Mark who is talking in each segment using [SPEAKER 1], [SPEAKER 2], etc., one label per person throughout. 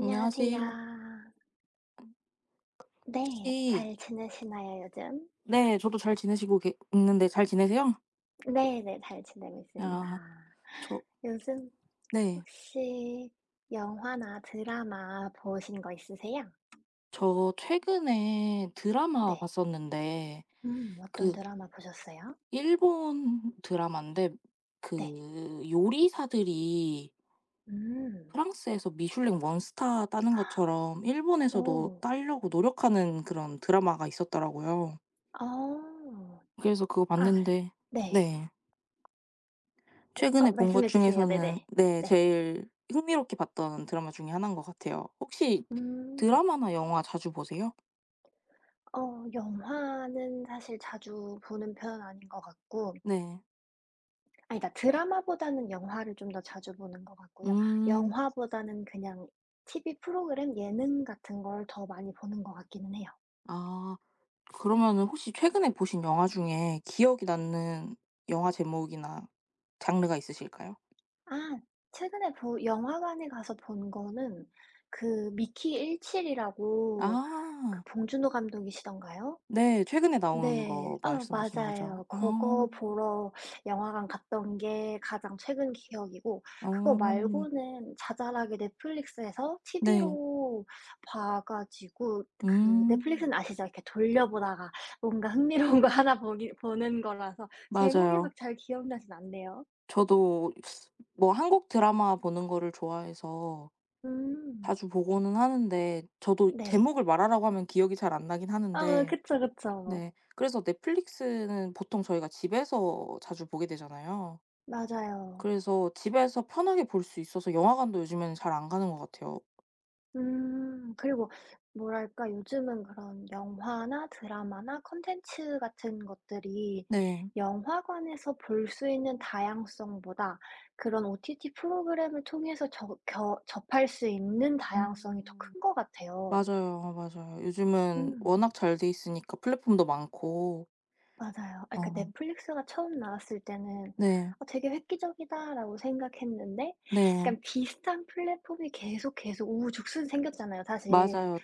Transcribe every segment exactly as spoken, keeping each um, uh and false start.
[SPEAKER 1] 안녕하세요. 혹시
[SPEAKER 2] 네. 잘 지내시나요, 요즘?
[SPEAKER 1] 네 저도 잘 지내시고 계 있는데 잘 지내세요?
[SPEAKER 2] 네네. 잘 지내고 있습니다.
[SPEAKER 1] 아 저
[SPEAKER 2] 요즘
[SPEAKER 1] 네.
[SPEAKER 2] 혹시 영화나 드라마 보신 거 있으세요?
[SPEAKER 1] 저 최근에 드라마
[SPEAKER 2] 네.
[SPEAKER 1] 봤었는데
[SPEAKER 2] 음. 어떤
[SPEAKER 1] 그
[SPEAKER 2] 드라마 보셨어요?
[SPEAKER 1] 일본 드라마인데
[SPEAKER 2] 네.
[SPEAKER 1] 그 요리사들이
[SPEAKER 2] 음.
[SPEAKER 1] 프랑스에서 미슐랭 원스타 따는 것처럼 일본에서도
[SPEAKER 2] 오.
[SPEAKER 1] 따려고 노력하는 그런 드라마가 있었더라고요.
[SPEAKER 2] 어.
[SPEAKER 1] 그래서 그거
[SPEAKER 2] 아
[SPEAKER 1] 봤는데
[SPEAKER 2] 네.
[SPEAKER 1] 네,
[SPEAKER 2] 어
[SPEAKER 1] 최근에 본 것
[SPEAKER 2] 말씀해 주세요.
[SPEAKER 1] 중에서는
[SPEAKER 2] 네네.
[SPEAKER 1] 네
[SPEAKER 2] 네.
[SPEAKER 1] 제일 흥미롭게 봤던 드라마 중에 하나인 것 같아요. 혹시
[SPEAKER 2] 음.
[SPEAKER 1] 드라마나 영화 자주 보세요?
[SPEAKER 2] 어 영화는 사실 자주 보는 편은 아닌 것 같고
[SPEAKER 1] 네.
[SPEAKER 2] 아니다. 드라마보다는 영화를 좀 더 자주 보는 것 같고요.
[SPEAKER 1] 음.
[SPEAKER 2] 영화보다는 그냥 티비 프로그램, 예능 같은 걸 더 많이 보는 것 같기는 해요.
[SPEAKER 1] 아 그러면은 혹시 최근에 보신 영화 중에 기억이 남는 영화 제목이나 장르가 있으실까요?
[SPEAKER 2] 아 최근에 보 영화관에 가서 본 거는 그 미키 십칠이라고 그
[SPEAKER 1] 아.
[SPEAKER 2] 봉준호 감독이시던가요?
[SPEAKER 1] 네, 최근에 나온
[SPEAKER 2] 네.
[SPEAKER 1] 거
[SPEAKER 2] 아
[SPEAKER 1] 말씀하시는 거죠?
[SPEAKER 2] 맞아요.
[SPEAKER 1] 아.
[SPEAKER 2] 그거 보러 영화관 갔던 게 가장 최근 기억이고 그거
[SPEAKER 1] 어.
[SPEAKER 2] 말고는 자잘하게 넷플릭스에서
[SPEAKER 1] 네.
[SPEAKER 2] 티비로 봐 가지고 그
[SPEAKER 1] 음.
[SPEAKER 2] 넷플릭스는 아시죠? 이렇게 돌려보다가 뭔가 흥미로운 거 하나 보기 보는 거라서 제목이
[SPEAKER 1] 맞아요.
[SPEAKER 2] 막 잘 기억나진 않네요.
[SPEAKER 1] 저도 뭐 한국 드라마 보는 거를 좋아해서
[SPEAKER 2] 음.
[SPEAKER 1] 자주 보고는 하는데 저도
[SPEAKER 2] 네.
[SPEAKER 1] 제목을 말하라고 하면 기억이 잘 안 나긴
[SPEAKER 2] 어
[SPEAKER 1] 하는데
[SPEAKER 2] 그쵸, 그쵸.
[SPEAKER 1] 네 그래서 넷플릭스는 보통 저희가 집에서 자주 보게 되잖아요.
[SPEAKER 2] 맞아요.
[SPEAKER 1] 그래서 집에서 편하게 볼 수 있어서 영화관도 요즘에는 잘 안 가는 것 같아요.
[SPEAKER 2] 음. 그리고 뭐랄까 요즘은 그런 영화나 드라마나 콘텐츠 같은 것들이
[SPEAKER 1] 네.
[SPEAKER 2] 영화관에서 볼 수 있는 다양성보다 그런 오티티 프로그램을 통해서 저 겨 접할 수 있는 다양성이 더
[SPEAKER 1] 음.
[SPEAKER 2] 큰 것 같아요.
[SPEAKER 1] 맞아요, 맞아요. 요즘은
[SPEAKER 2] 음.
[SPEAKER 1] 워낙 잘 돼 있으니까 플랫폼도 많고.
[SPEAKER 2] 맞아요. 아 그러니까
[SPEAKER 1] 어.
[SPEAKER 2] 넷플릭스가 처음 나왔을 때는
[SPEAKER 1] 네.
[SPEAKER 2] '어 되게 획기적이다.'라고 생각했는데
[SPEAKER 1] 네.
[SPEAKER 2] 약간 비슷한 플랫폼이 계속, 계속 우후죽순 생겼잖아요 사실.
[SPEAKER 1] 맞아요.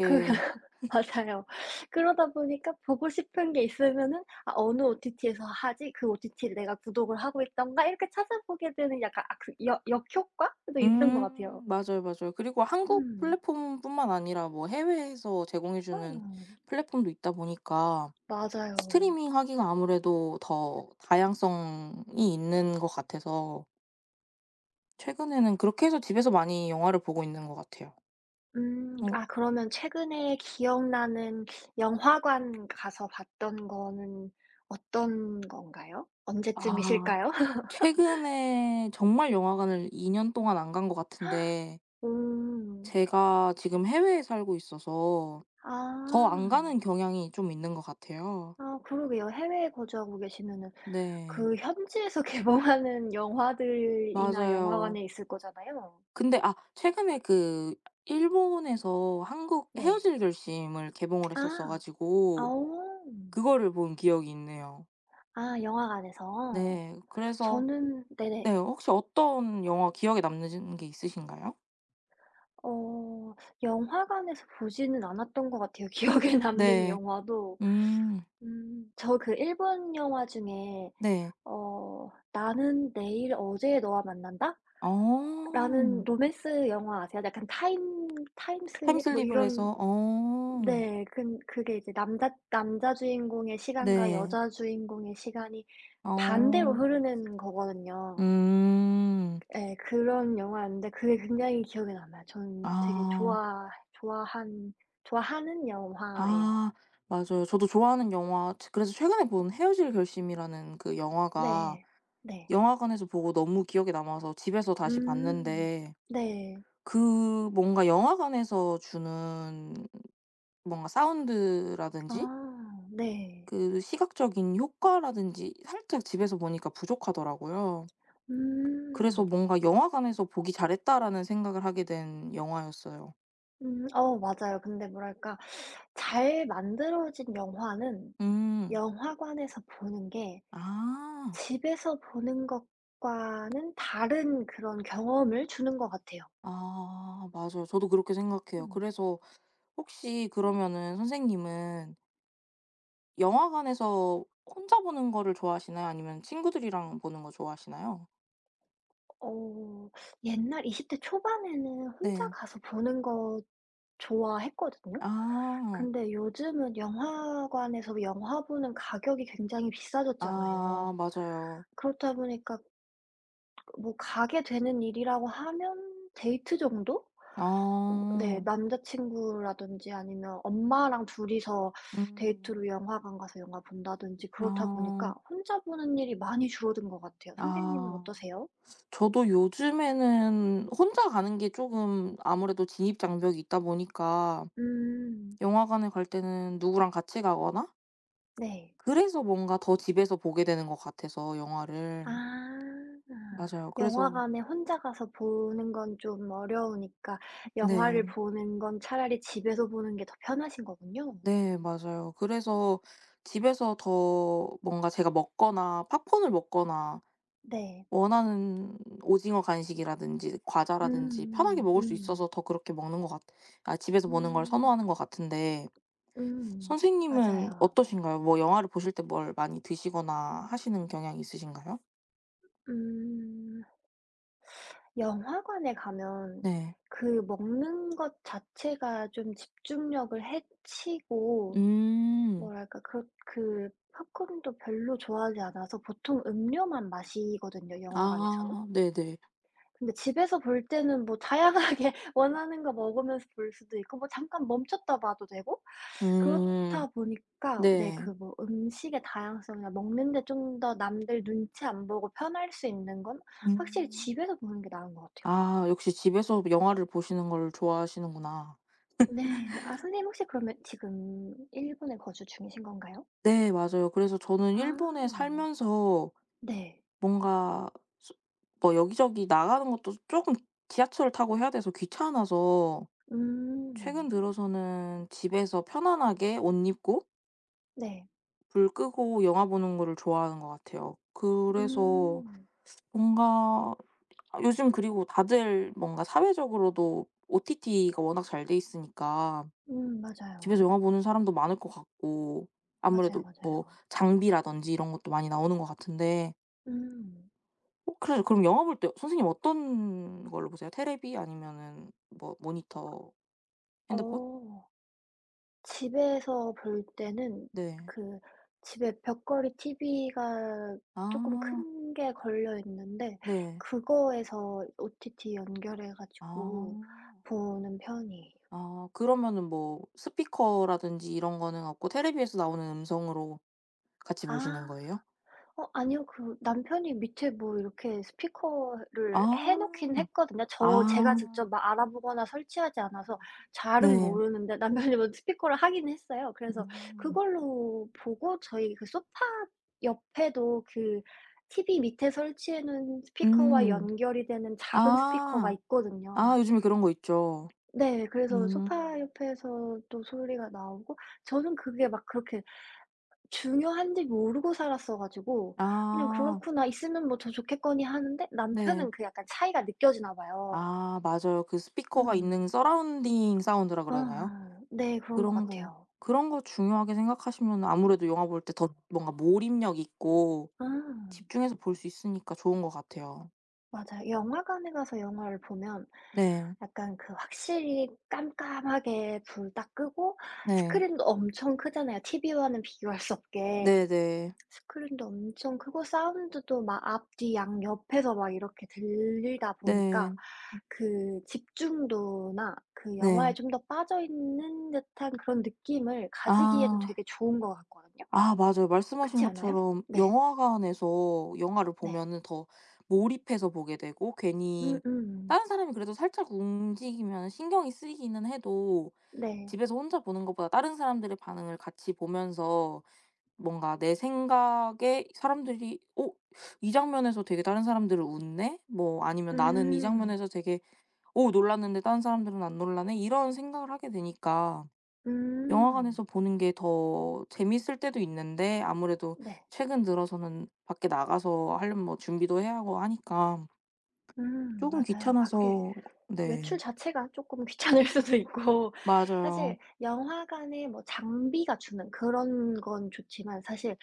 [SPEAKER 2] 그 맞아요. 그러다 보니까 보고 싶은 게 있으면은 '아 어느 오티티에서 하지? 그 오티티를 내가 구독을 하고 있던가?' 이렇게 찾아보게 되는 약간 아 그 역 역효과도 있는 것 같아요.
[SPEAKER 1] 음 맞아요, 맞아요. 그리고 한국
[SPEAKER 2] 음.
[SPEAKER 1] 플랫폼뿐만 아니라 뭐 해외에서 제공해
[SPEAKER 2] 아
[SPEAKER 1] 주는 플랫폼도 있다 보니까
[SPEAKER 2] 맞아요.
[SPEAKER 1] 스트리밍하기가 아무래도 더 다양성이 있는 것 같아서 최근에는 그렇게 해서 집에서 많이 영화를 보고 있는 것 같아요.
[SPEAKER 2] 음 아
[SPEAKER 1] 어
[SPEAKER 2] 그러면 최근에 기억나는 영화관 가서 봤던 거는 어떤 건가요?
[SPEAKER 1] 아
[SPEAKER 2] 언제쯤이실까요?
[SPEAKER 1] 최근에 정말 영화관을 이 년 동안 안 간 것 같은데
[SPEAKER 2] 음.
[SPEAKER 1] 제가 지금 해외에 살고 있어서 더 안
[SPEAKER 2] 아.
[SPEAKER 1] 가는 경향이 좀 있는 것 같아요.
[SPEAKER 2] 아 그러게요. 해외에 거주하고 계시면은
[SPEAKER 1] 네.
[SPEAKER 2] 그 현지에서 개봉하는 영화들이나
[SPEAKER 1] 맞아요.
[SPEAKER 2] 영화관에 있을 거잖아요.
[SPEAKER 1] 근데 아 최근에 그 일본에서 한국
[SPEAKER 2] 네.
[SPEAKER 1] 헤어질 결심을 개봉을 했었어
[SPEAKER 2] 아. 아
[SPEAKER 1] 가지고
[SPEAKER 2] 어.
[SPEAKER 1] 그거를 본 기억이 있네요.
[SPEAKER 2] 아 영화관에서.
[SPEAKER 1] 네. 그래서
[SPEAKER 2] 저는
[SPEAKER 1] 네
[SPEAKER 2] 네네.
[SPEAKER 1] 혹시 어떤 영화 기억에 남는 게 있으신가요?
[SPEAKER 2] 어 영화관에서 보지는 않았던 것 같아요. 기억에 남는
[SPEAKER 1] 네.
[SPEAKER 2] 영화도.
[SPEAKER 1] 음.
[SPEAKER 2] 음 저 그 일본 영화 중에
[SPEAKER 1] 네.
[SPEAKER 2] 어 '나는 내일 어제의 너와 만난다.'라는
[SPEAKER 1] 어.
[SPEAKER 2] 로맨스 영화 아세요? 약간 타임 타임 슬립 뭐
[SPEAKER 1] 타임슬립을
[SPEAKER 2] 이런
[SPEAKER 1] 해서 어.
[SPEAKER 2] 네. 근 그게 이제 남자 남자 주인공의 시간과
[SPEAKER 1] 네.
[SPEAKER 2] 여자 주인공의 시간이 반대로
[SPEAKER 1] 어.
[SPEAKER 2] 흐르는 거거든요.
[SPEAKER 1] 음.
[SPEAKER 2] 예. 그런 영화였는데 그게 굉장히 기억에 남아요. 저는 되게
[SPEAKER 1] 아.
[SPEAKER 2] 좋아 좋아한 좋아하는 영화예요.
[SPEAKER 1] 아 맞아요. 저도 좋아하는 영화 츠 그래서 최근에 본 헤어질 결심이라는 그 영화가
[SPEAKER 2] 네. 네.
[SPEAKER 1] 영화관에서 보고 너무 기억에 남아서 집에서 다시
[SPEAKER 2] 음.
[SPEAKER 1] 봤는데
[SPEAKER 2] 네.
[SPEAKER 1] 그 뭔가 영화관에서 주는 뭔가 사운드라든지
[SPEAKER 2] 아 네.
[SPEAKER 1] 그 시각적인 효과라든지 살짝 집에서 보니까 부족하더라고요. 그래서
[SPEAKER 2] 음.
[SPEAKER 1] 뭔가 '영화관에서 보기 잘했다.'라는 생각을 하게 된 영화였어요.
[SPEAKER 2] 음 어 맞아요. 근데 뭐랄까 잘 만들어진 영화는
[SPEAKER 1] 음.
[SPEAKER 2] 영화관에서 보는 게
[SPEAKER 1] 아.
[SPEAKER 2] 집에서 보는 것과는 다른 그런 경험을 주는 것 같아요.
[SPEAKER 1] 아 맞아요. 저도 그렇게 생각해요.
[SPEAKER 2] 음.
[SPEAKER 1] 그래서 혹시 그러면은 선생님은 영화관에서 혼자 보는 거를 좋아하시나요? 아니면 친구들이랑 보는 거 좋아하시나요?
[SPEAKER 2] 어 옛날 이십 대 초반에는 혼자
[SPEAKER 1] 네.
[SPEAKER 2] 가서 보는 거 좋아했거든요.
[SPEAKER 1] 아.
[SPEAKER 2] 근데 요즘은 영화관에서 영화 보는 가격이 굉장히 비싸졌잖아요.
[SPEAKER 1] 아 맞아요.
[SPEAKER 2] 그렇다 보니까 뭐 가게 되는 일이라고 하면 데이트 정도? 네.
[SPEAKER 1] 아.
[SPEAKER 2] 남자친구라든지 아니면 엄마랑 둘이서 데이트로
[SPEAKER 1] 음.
[SPEAKER 2] 영화관 가서 영화 본다든지 그렇다 보니까
[SPEAKER 1] 아.
[SPEAKER 2] 혼자 보는 일이 많이 줄어든 것 같아요. 선생님은
[SPEAKER 1] 아.
[SPEAKER 2] 어떠세요?
[SPEAKER 1] 저도 요즘에는 혼자 가는 게 쪼금 아무래도 진입 장벽이 있다 보니까
[SPEAKER 2] 음.
[SPEAKER 1] 영화관에 갈 때는 누구랑 같이 가거나
[SPEAKER 2] 네.
[SPEAKER 1] 그래서 뭔가 더 집에서 보게 되는 것 같아서 영화를.
[SPEAKER 2] 아.
[SPEAKER 1] 맞아요. 그래서
[SPEAKER 2] 영화관에 혼자 가서 보는 건 좀 어려우니까 영화를
[SPEAKER 1] 네.
[SPEAKER 2] 보는 건 차라리 집에서 보는 게 더 편하신 거군요.
[SPEAKER 1] 네 맞아요. 그래서 집에서 더 뭔가 제가 먹거나 팝콘을 먹거나
[SPEAKER 2] 네.
[SPEAKER 1] 원하는 오징어 간식이라든지
[SPEAKER 2] 음
[SPEAKER 1] 과자라든지 편하게
[SPEAKER 2] 음
[SPEAKER 1] 먹을 수
[SPEAKER 2] 음.
[SPEAKER 1] 있어서 더 그렇게 먹는 것 같 아 집에서 먹는 걸
[SPEAKER 2] 음.
[SPEAKER 1] 선호하는 것 같은데
[SPEAKER 2] 음.
[SPEAKER 1] 선생님은
[SPEAKER 2] 맞아요.
[SPEAKER 1] 어떠신가요? 뭐 영화를 보실 때 뭘 많이 드시거나 하시는 경향이 있으신가요?
[SPEAKER 2] 음. 영화관에 가면
[SPEAKER 1] 네.
[SPEAKER 2] 그 먹는 것 자체가 좀 집중력을 해치고
[SPEAKER 1] 음.
[SPEAKER 2] 뭐랄까 그 그 팝콘도 별로 좋아하지 않아서 보통 음료만 마시거든요, 영화관에서는.
[SPEAKER 1] 아 네네.
[SPEAKER 2] 근데 집에서 볼 때는 뭐 다양하게 원하는 거 먹으면서 볼 수도 있고 뭐 잠깐 멈췄다 봐도 되고
[SPEAKER 1] 음.
[SPEAKER 2] 그렇다 보니까 네 그
[SPEAKER 1] 네.
[SPEAKER 2] 뭐 음식의 다양성이나 먹는 데 좀 더 남들 눈치 안 보고 편할 수 있는 건 확실히
[SPEAKER 1] 음.
[SPEAKER 2] 집에서 보는 게 나은 것 같아요.
[SPEAKER 1] 아 역시 집에서 영화를 보시는 걸 좋아하시는구나.
[SPEAKER 2] 네. 아 선생님 혹시 그러면 지금 일본에 거주 중이신 건가요?
[SPEAKER 1] 네 맞아요. 그래서 저는 일본에
[SPEAKER 2] 아.
[SPEAKER 1] 살면서
[SPEAKER 2] 네.
[SPEAKER 1] 뭔가 수- 뭐 여기저기 나가는 것도 조금 지하철을 타고 해야 돼서 귀찮아서
[SPEAKER 2] 음.
[SPEAKER 1] 최근 들어서는 집에서 편안하게 옷 입고
[SPEAKER 2] 네.
[SPEAKER 1] 불 끄고 영화 보는 거를 좋아하는 것 같아요. 그래서
[SPEAKER 2] 음.
[SPEAKER 1] 뭔가 아 요즘 그리고 다들 뭔가 사회적으로도 오티티가 워낙 잘 돼 있으니까
[SPEAKER 2] 음
[SPEAKER 1] 집에서
[SPEAKER 2] 맞아요.
[SPEAKER 1] 영화 보는 사람도 많을 것 같고
[SPEAKER 2] 맞아요,
[SPEAKER 1] 아무래도 뭐
[SPEAKER 2] 맞아요.
[SPEAKER 1] 장비라든지 이런 것도 많이 나오는 것 같은데
[SPEAKER 2] 음.
[SPEAKER 1] 어 그래 그럼 영화 볼 때 선생님 어떤 걸로 보세요? 테레비 아니면은 뭐 모니터, 핸드폰?
[SPEAKER 2] 어 집에서 볼 때는
[SPEAKER 1] 네.
[SPEAKER 2] 그 집에 벽걸이 티비가 쪼끔
[SPEAKER 1] 아
[SPEAKER 2] 큰 게 걸려 있는데
[SPEAKER 1] 네.
[SPEAKER 2] 그거에서 오티티 연결해
[SPEAKER 1] 아.
[SPEAKER 2] 가지고 보는 편이에요.
[SPEAKER 1] 아 그러면은 뭐 스피커라든지 이런 거는 없고 테레비에서 나오는 음성으로 같이 보시는
[SPEAKER 2] 아.
[SPEAKER 1] 거예요?
[SPEAKER 2] 어 아니요. 그 남편이 밑에 뭐 이렇게 스피커를 해 놓긴
[SPEAKER 1] 아.
[SPEAKER 2] 했거든요. 저 제가 직접
[SPEAKER 1] 아
[SPEAKER 2] 막 알아보거나 설치하지 않아서 잘은
[SPEAKER 1] 네.
[SPEAKER 2] 모르는데 남편이 먼저 스피커를 하긴 했어요. 그래서
[SPEAKER 1] 음.
[SPEAKER 2] 그걸로 보고 저희 그 소파 옆에도 그 티비 밑에 설치해 놓은 스피커와
[SPEAKER 1] 음.
[SPEAKER 2] 연결이 되는 작은 스피커가
[SPEAKER 1] 아.
[SPEAKER 2] 있거든요.
[SPEAKER 1] 아 요즘에 그런 거 있죠.
[SPEAKER 2] 네. 그래서 소파
[SPEAKER 1] 음.
[SPEAKER 2] 옆에서 또 소리가 나오고 저는 그게 막 그렇게 중요한지 모르고 살았어 가지고 그냥
[SPEAKER 1] 아
[SPEAKER 2] '그렇구나. 있으면 뭐 더 좋겠거니.' 하는데
[SPEAKER 1] 네.
[SPEAKER 2] 남편은 그 약간 차이가 느껴지나 봐요.
[SPEAKER 1] 아 맞아요. 그 스피커가
[SPEAKER 2] 음.
[SPEAKER 1] 있는 서라운딩 사운드라 그러나요?
[SPEAKER 2] 아.. 네 그런 것
[SPEAKER 1] 그런 거
[SPEAKER 2] 같아요.
[SPEAKER 1] 그런 거 중요하게 생각하시면 아무래도 영화 볼 때 더 뭔가 몰입력 있고
[SPEAKER 2] 아
[SPEAKER 1] 집중해서 볼 수 있으니까 좋은 것 같아요.
[SPEAKER 2] 맞아요. 영화관에 가서 영화를 보면
[SPEAKER 1] 네.
[SPEAKER 2] 약간 그 확실히 깜깜하게 불 딱 끄고
[SPEAKER 1] 네.
[SPEAKER 2] 스크린도 엄청 크잖아요, 티비와는 비교할 수 없게.
[SPEAKER 1] 네네.
[SPEAKER 2] 스크린도 엄청 크고 사운드도 막 앞뒤 양옆에서 막 이렇게 들리다
[SPEAKER 1] 네.
[SPEAKER 2] 보니까
[SPEAKER 1] 네.
[SPEAKER 2] 그 집중도나 그 영화에
[SPEAKER 1] 네.
[SPEAKER 2] 좀 더 빠져있는 듯한 그런 느낌을 가지기에는
[SPEAKER 1] 아.
[SPEAKER 2] 되게 좋은 것 같거든요.
[SPEAKER 1] 아 맞아요. 말씀하신
[SPEAKER 2] 그렇지 않아요?
[SPEAKER 1] 것처럼
[SPEAKER 2] 네.
[SPEAKER 1] 영화관에서 영화를
[SPEAKER 2] 네.
[SPEAKER 1] 보면은 더 몰입해서 보게 되고 괜히
[SPEAKER 2] 음음.
[SPEAKER 1] 다른 사람이 그래도 살짝 움직이면 신경이 쓰이기는 해도
[SPEAKER 2] 네.
[SPEAKER 1] 집에서 혼자 보는 것보다 다른 사람들의 반응을 같이 보면서 뭔가 내 생각에 사람들이 '어 이 장면에서 되게 다른 사람들은 웃네.' 뭐 아니면 '나는 이
[SPEAKER 2] 음.
[SPEAKER 1] 장면에서 되게 어 놀랐는데 다른 사람들은 안 놀라네.' 이런 생각을 하게 되니까
[SPEAKER 2] 음.
[SPEAKER 1] 영화관에서 보는 게 더 재밌을 때도 있는데 아무래도
[SPEAKER 2] 네.
[SPEAKER 1] 최근 들어서는 밖에 나가서 하려면 뭐 준비도 해야 하고 하니까
[SPEAKER 2] 음
[SPEAKER 1] 조금
[SPEAKER 2] 맞아요. 밖에
[SPEAKER 1] 귀찮아서
[SPEAKER 2] 외출
[SPEAKER 1] 네.
[SPEAKER 2] 자체가 쪼끔 귀찮을 수도 있고
[SPEAKER 1] 맞아요.
[SPEAKER 2] 사실 영화관의 뭐 장비가 주는 그런 건 좋지만 사실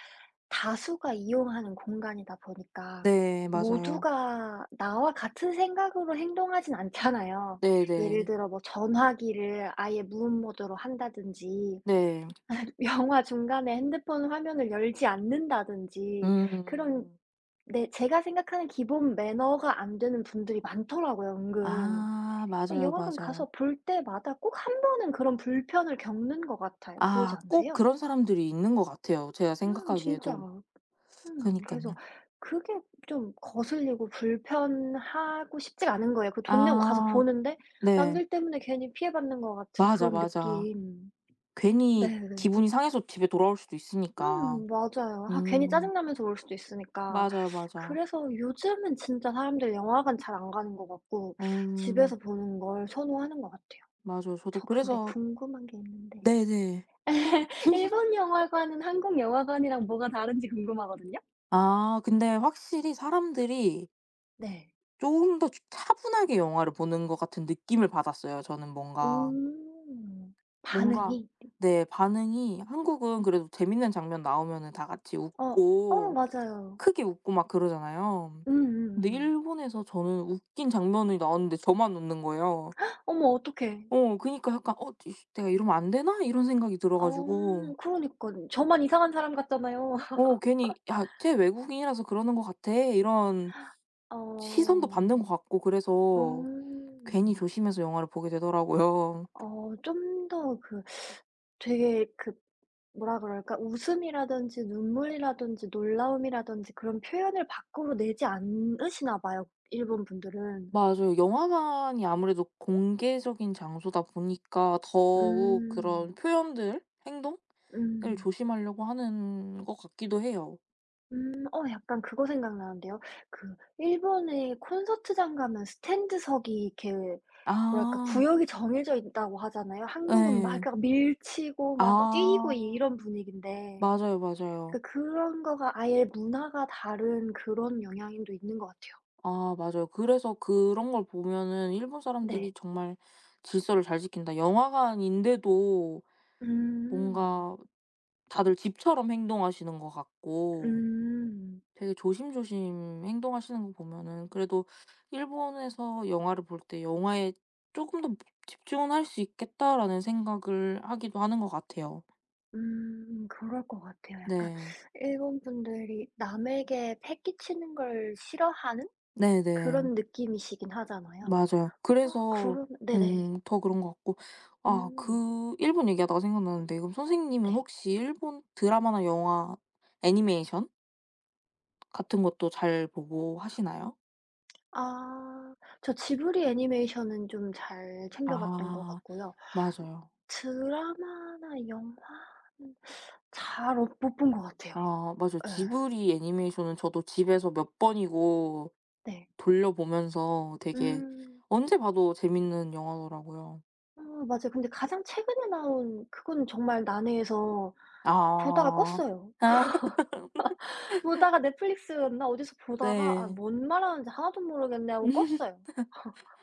[SPEAKER 2] 다수가 이용하는 공간이다 보니까
[SPEAKER 1] 네 맞아요.
[SPEAKER 2] 모두가 나와 같은 생각으로 행동하진 않잖아요. 예를
[SPEAKER 1] 네네.
[SPEAKER 2] 들어 뭐 전화기를 아예 무음 모드로 한다든지
[SPEAKER 1] 네.
[SPEAKER 2] 영화 중간에 핸드폰 화면을 열지 않는다든지 그런
[SPEAKER 1] 음.
[SPEAKER 2] 내 제가 생각하는 기본 매너가 안 되는 분들이 많더라고요 은근.
[SPEAKER 1] 아
[SPEAKER 2] 예
[SPEAKER 1] 맞아요,
[SPEAKER 2] 영화관
[SPEAKER 1] 맞아요.
[SPEAKER 2] 가서 볼 때마다 꼭 한 번은 그런 불편을 겪는 것 같아요. 그러지
[SPEAKER 1] 아 꼭
[SPEAKER 2] 않으세요?
[SPEAKER 1] 그런 사람들이 있는 것 같아요, 제가
[SPEAKER 2] 음 진짜.
[SPEAKER 1] 생각하기에도. 그
[SPEAKER 2] 음
[SPEAKER 1] 니까
[SPEAKER 2] 그래서
[SPEAKER 1] 요
[SPEAKER 2] 그게 좀 거슬리고 불편하고 쉽지가 않은 거예요. 그 돈 내고 가서
[SPEAKER 1] 아
[SPEAKER 2] 보는데
[SPEAKER 1] 네.
[SPEAKER 2] 남들 때문에 괜히 피해받는 것 같은
[SPEAKER 1] 맞아,
[SPEAKER 2] 그런
[SPEAKER 1] 맞아.
[SPEAKER 2] 느낌.
[SPEAKER 1] 괜히
[SPEAKER 2] 네네.
[SPEAKER 1] 기분이 상해서 집에 돌아올 수도 있으니까.
[SPEAKER 2] 음 맞아요. 아 괜히
[SPEAKER 1] 음.
[SPEAKER 2] 짜증 나면서 올 수도 있으니까.
[SPEAKER 1] 맞아요, 맞아.
[SPEAKER 2] 그래서 요즘은 진짜 사람들 영화관 잘 안 가는 것 같고
[SPEAKER 1] 음.
[SPEAKER 2] 집에서 보는 걸 선호하는 것 같아요.
[SPEAKER 1] 맞아요. 저도
[SPEAKER 2] 저 근데
[SPEAKER 1] 그래서
[SPEAKER 2] 궁금한 게 있는데.
[SPEAKER 1] 네네.
[SPEAKER 2] 일본 영화관은 한국 영화관이랑 뭐가 다른지 궁금하거든요?
[SPEAKER 1] 아 근데 확실히 사람들이
[SPEAKER 2] 네.
[SPEAKER 1] 조금 더 차분하게 영화를 보는 것 같은 느낌을 받았어요, 저는 뭔가.
[SPEAKER 2] 음.
[SPEAKER 1] 뭔가
[SPEAKER 2] 반응이?
[SPEAKER 1] 네 반응이 한국은 그래도 재밌는 장면 나오면은 다 같이
[SPEAKER 2] 어. 어
[SPEAKER 1] 웃고
[SPEAKER 2] 맞아요.
[SPEAKER 1] 크게 웃고 막 그러잖아요. 근데
[SPEAKER 2] 음음음.
[SPEAKER 1] 일본에서 저는 웃긴 장면이 나왔는데 저만 웃는 거예요.
[SPEAKER 2] 어머 어떡해.
[SPEAKER 1] 어 그니까 약간 '어 이씨 내가 이러면 안 되나?' 이런 생각이 들어
[SPEAKER 2] 어
[SPEAKER 1] 가지고
[SPEAKER 2] 그러니까 저만 이상한 사람 같잖아요.
[SPEAKER 1] 어 괜히 '야 쟤 외국인이라서 그러는 것 같아.' 이런 시선도
[SPEAKER 2] 어.
[SPEAKER 1] 받는 것 같고 그래서
[SPEAKER 2] 어.
[SPEAKER 1] 괜히 조심해서 영화를 보게 되더라고요.
[SPEAKER 2] 어 좀 더 그 되게 그 뭐라 그럴까? 웃음이라든지 눈물이라든지 놀라움이라든지 그런 표현을 밖으로 내지 않으시나 봐요, 일본 분들은.
[SPEAKER 1] 맞아요. 영화관이 아무래도 공개적인 장소다 보니까 더욱
[SPEAKER 2] 음.
[SPEAKER 1] 그런 표현들, 행동을
[SPEAKER 2] 음.
[SPEAKER 1] 조심하려고 하는 것 같기도 해요.
[SPEAKER 2] 음. 어 약간 그거 생각나는데요. 그 일본에 콘서트장 가면 스탠드석이 이렇게 뭐랄까
[SPEAKER 1] 아
[SPEAKER 2] 구역이 정해져 있다고 하잖아요. 한국은 막
[SPEAKER 1] 네.
[SPEAKER 2] 밀치고 막 뛰고
[SPEAKER 1] 아
[SPEAKER 2] 이런 분위기인데
[SPEAKER 1] 맞아요, 맞아요.
[SPEAKER 2] 그 그런 거가 아예 문화가 다른 그런 영향도 있는 것 같아요.
[SPEAKER 1] 아 맞아요. 그래서 그런 걸 보면은 '일본
[SPEAKER 2] 네.
[SPEAKER 1] 사람들이 정말 질서를 잘 지킨다.' 영화관인데도
[SPEAKER 2] 음.
[SPEAKER 1] 뭔가 다들 집처럼 행동하시는 것 같고
[SPEAKER 2] 음.
[SPEAKER 1] 되게 조심조심 행동하시는 거 보면은 그래도 일본에서 영화를 볼 때 '영화에 조금 더 집중은 할 수 있겠다.'라는 생각을 하기도 하는 것 같아요.
[SPEAKER 2] 음. 그럴 것 같아요. 약간
[SPEAKER 1] 네.
[SPEAKER 2] 일본 분들이 남에게 패 끼치는 걸 싫어하는
[SPEAKER 1] 네네.
[SPEAKER 2] 그런 느낌이시긴 하잖아요.
[SPEAKER 1] 맞아요.
[SPEAKER 2] 아
[SPEAKER 1] 그래서
[SPEAKER 2] 그럼 네네.
[SPEAKER 1] 음 더 그런 것 같고 아
[SPEAKER 2] 음
[SPEAKER 1] 그 일본 얘기하다가 생각나는데 그럼 선생님은
[SPEAKER 2] 네.
[SPEAKER 1] 혹시 일본 드라마나 영화 애니메이션 같은 것도 잘 보고 하시나요?
[SPEAKER 2] 아 저 지브리 애니메이션은 좀 잘 챙겨 봤던 것
[SPEAKER 1] 아
[SPEAKER 2] 같고요.
[SPEAKER 1] 맞아요.
[SPEAKER 2] 드라마나 영화는 잘 어 못 본 것 같아요.
[SPEAKER 1] 아 맞아요.
[SPEAKER 2] 예.
[SPEAKER 1] 지브리 애니메이션은 저도 집에서 몇 번이고
[SPEAKER 2] 네.
[SPEAKER 1] 돌려보면서 되게
[SPEAKER 2] 음.
[SPEAKER 1] 언제 봐도 재밌는 영화더라고요.
[SPEAKER 2] 어 맞아요. 근데 가장 최근에 나온 그건 정말 난해해서 보다가
[SPEAKER 1] 아.
[SPEAKER 2] 껐어요.
[SPEAKER 1] 아
[SPEAKER 2] 보다가 넷플릭스였나 어디서 보다가 '아
[SPEAKER 1] 네.
[SPEAKER 2] 뭔 말하는지 하나도 모르겠네.' 하고 껐어요.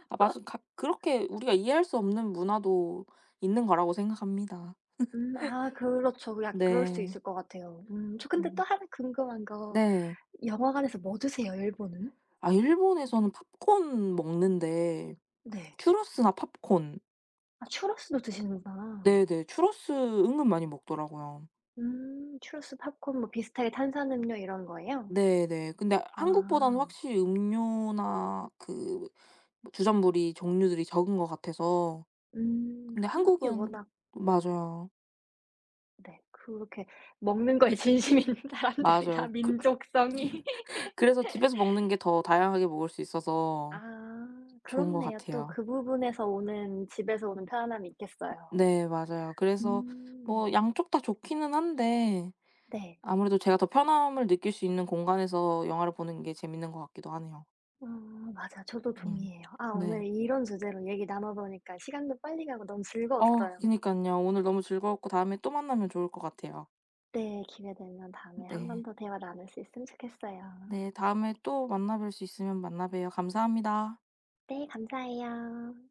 [SPEAKER 1] 아 맞아. 각 그렇게 우리가 이해할 수 없는 문화도 있는 거라고 생각합니다.
[SPEAKER 2] 음 아 그렇죠. 약 그럴 수
[SPEAKER 1] 네.
[SPEAKER 2] 있을 것 같아요. 음 저 근데 또
[SPEAKER 1] 음.
[SPEAKER 2] 하나 궁금한 거
[SPEAKER 1] 네.
[SPEAKER 2] 영화관에서 뭐 드세요 일본은?
[SPEAKER 1] 아 일본에서는 팝콘 먹는데
[SPEAKER 2] 네.
[SPEAKER 1] 츄러스나 팝콘
[SPEAKER 2] 아 추러스도 드시는구나.
[SPEAKER 1] 네네. 츄러스 은근 많이 먹더라고요.
[SPEAKER 2] 음 추러스 팝콘 뭐 비슷하게 탄산음료 이런 거예요?
[SPEAKER 1] 네네. 근데 한국보다는
[SPEAKER 2] 아.
[SPEAKER 1] 확실히 음료나 그뭐 주전부리 종류들이 적은 것 같아서.
[SPEAKER 2] 음
[SPEAKER 1] 근데
[SPEAKER 2] 한국이
[SPEAKER 1] 한국은
[SPEAKER 2] 워낙
[SPEAKER 1] 맞아요.
[SPEAKER 2] 네 그렇게 먹는 거에 진심인 사람들이라
[SPEAKER 1] 맞아요. 그
[SPEAKER 2] 민족성이.
[SPEAKER 1] 그래서 집에서 먹는 게 더 다양하게 먹을 수 있어서
[SPEAKER 2] 아
[SPEAKER 1] 좋은 것
[SPEAKER 2] 그렇네요. 또
[SPEAKER 1] 같아요.
[SPEAKER 2] 그 부분에서 오는 집에서 오는 편안함이 있겠어요.
[SPEAKER 1] 네 맞아요. 그래서
[SPEAKER 2] 음
[SPEAKER 1] 뭐 양쪽 다 좋기는 한데
[SPEAKER 2] 네.
[SPEAKER 1] 아무래도 제가 더 편함을 느낄 수 있는 공간에서 영화를 보는 게 재밌는 것 같기도 하네요.
[SPEAKER 2] 어 맞아요. 저도
[SPEAKER 1] 음.
[SPEAKER 2] 동의해요. 아 오늘
[SPEAKER 1] 네.
[SPEAKER 2] 이런 주제로 얘기 나눠 보니까 시간도 빨리 가고 너무
[SPEAKER 1] 어
[SPEAKER 2] 즐거웠어요.
[SPEAKER 1] 그니까요 오늘 너무 즐거웠고 다음에 또 만나면 좋을 것 같아요.
[SPEAKER 2] 네. 기회 되면 다음에 한 번
[SPEAKER 1] 네.
[SPEAKER 2] 더 대화 나눌 수 있으면 좋겠어요.
[SPEAKER 1] 네, 다음에 또 만나뵐 수 있으면 만나봬요. 감사합니다.
[SPEAKER 2] 네. 감사해요.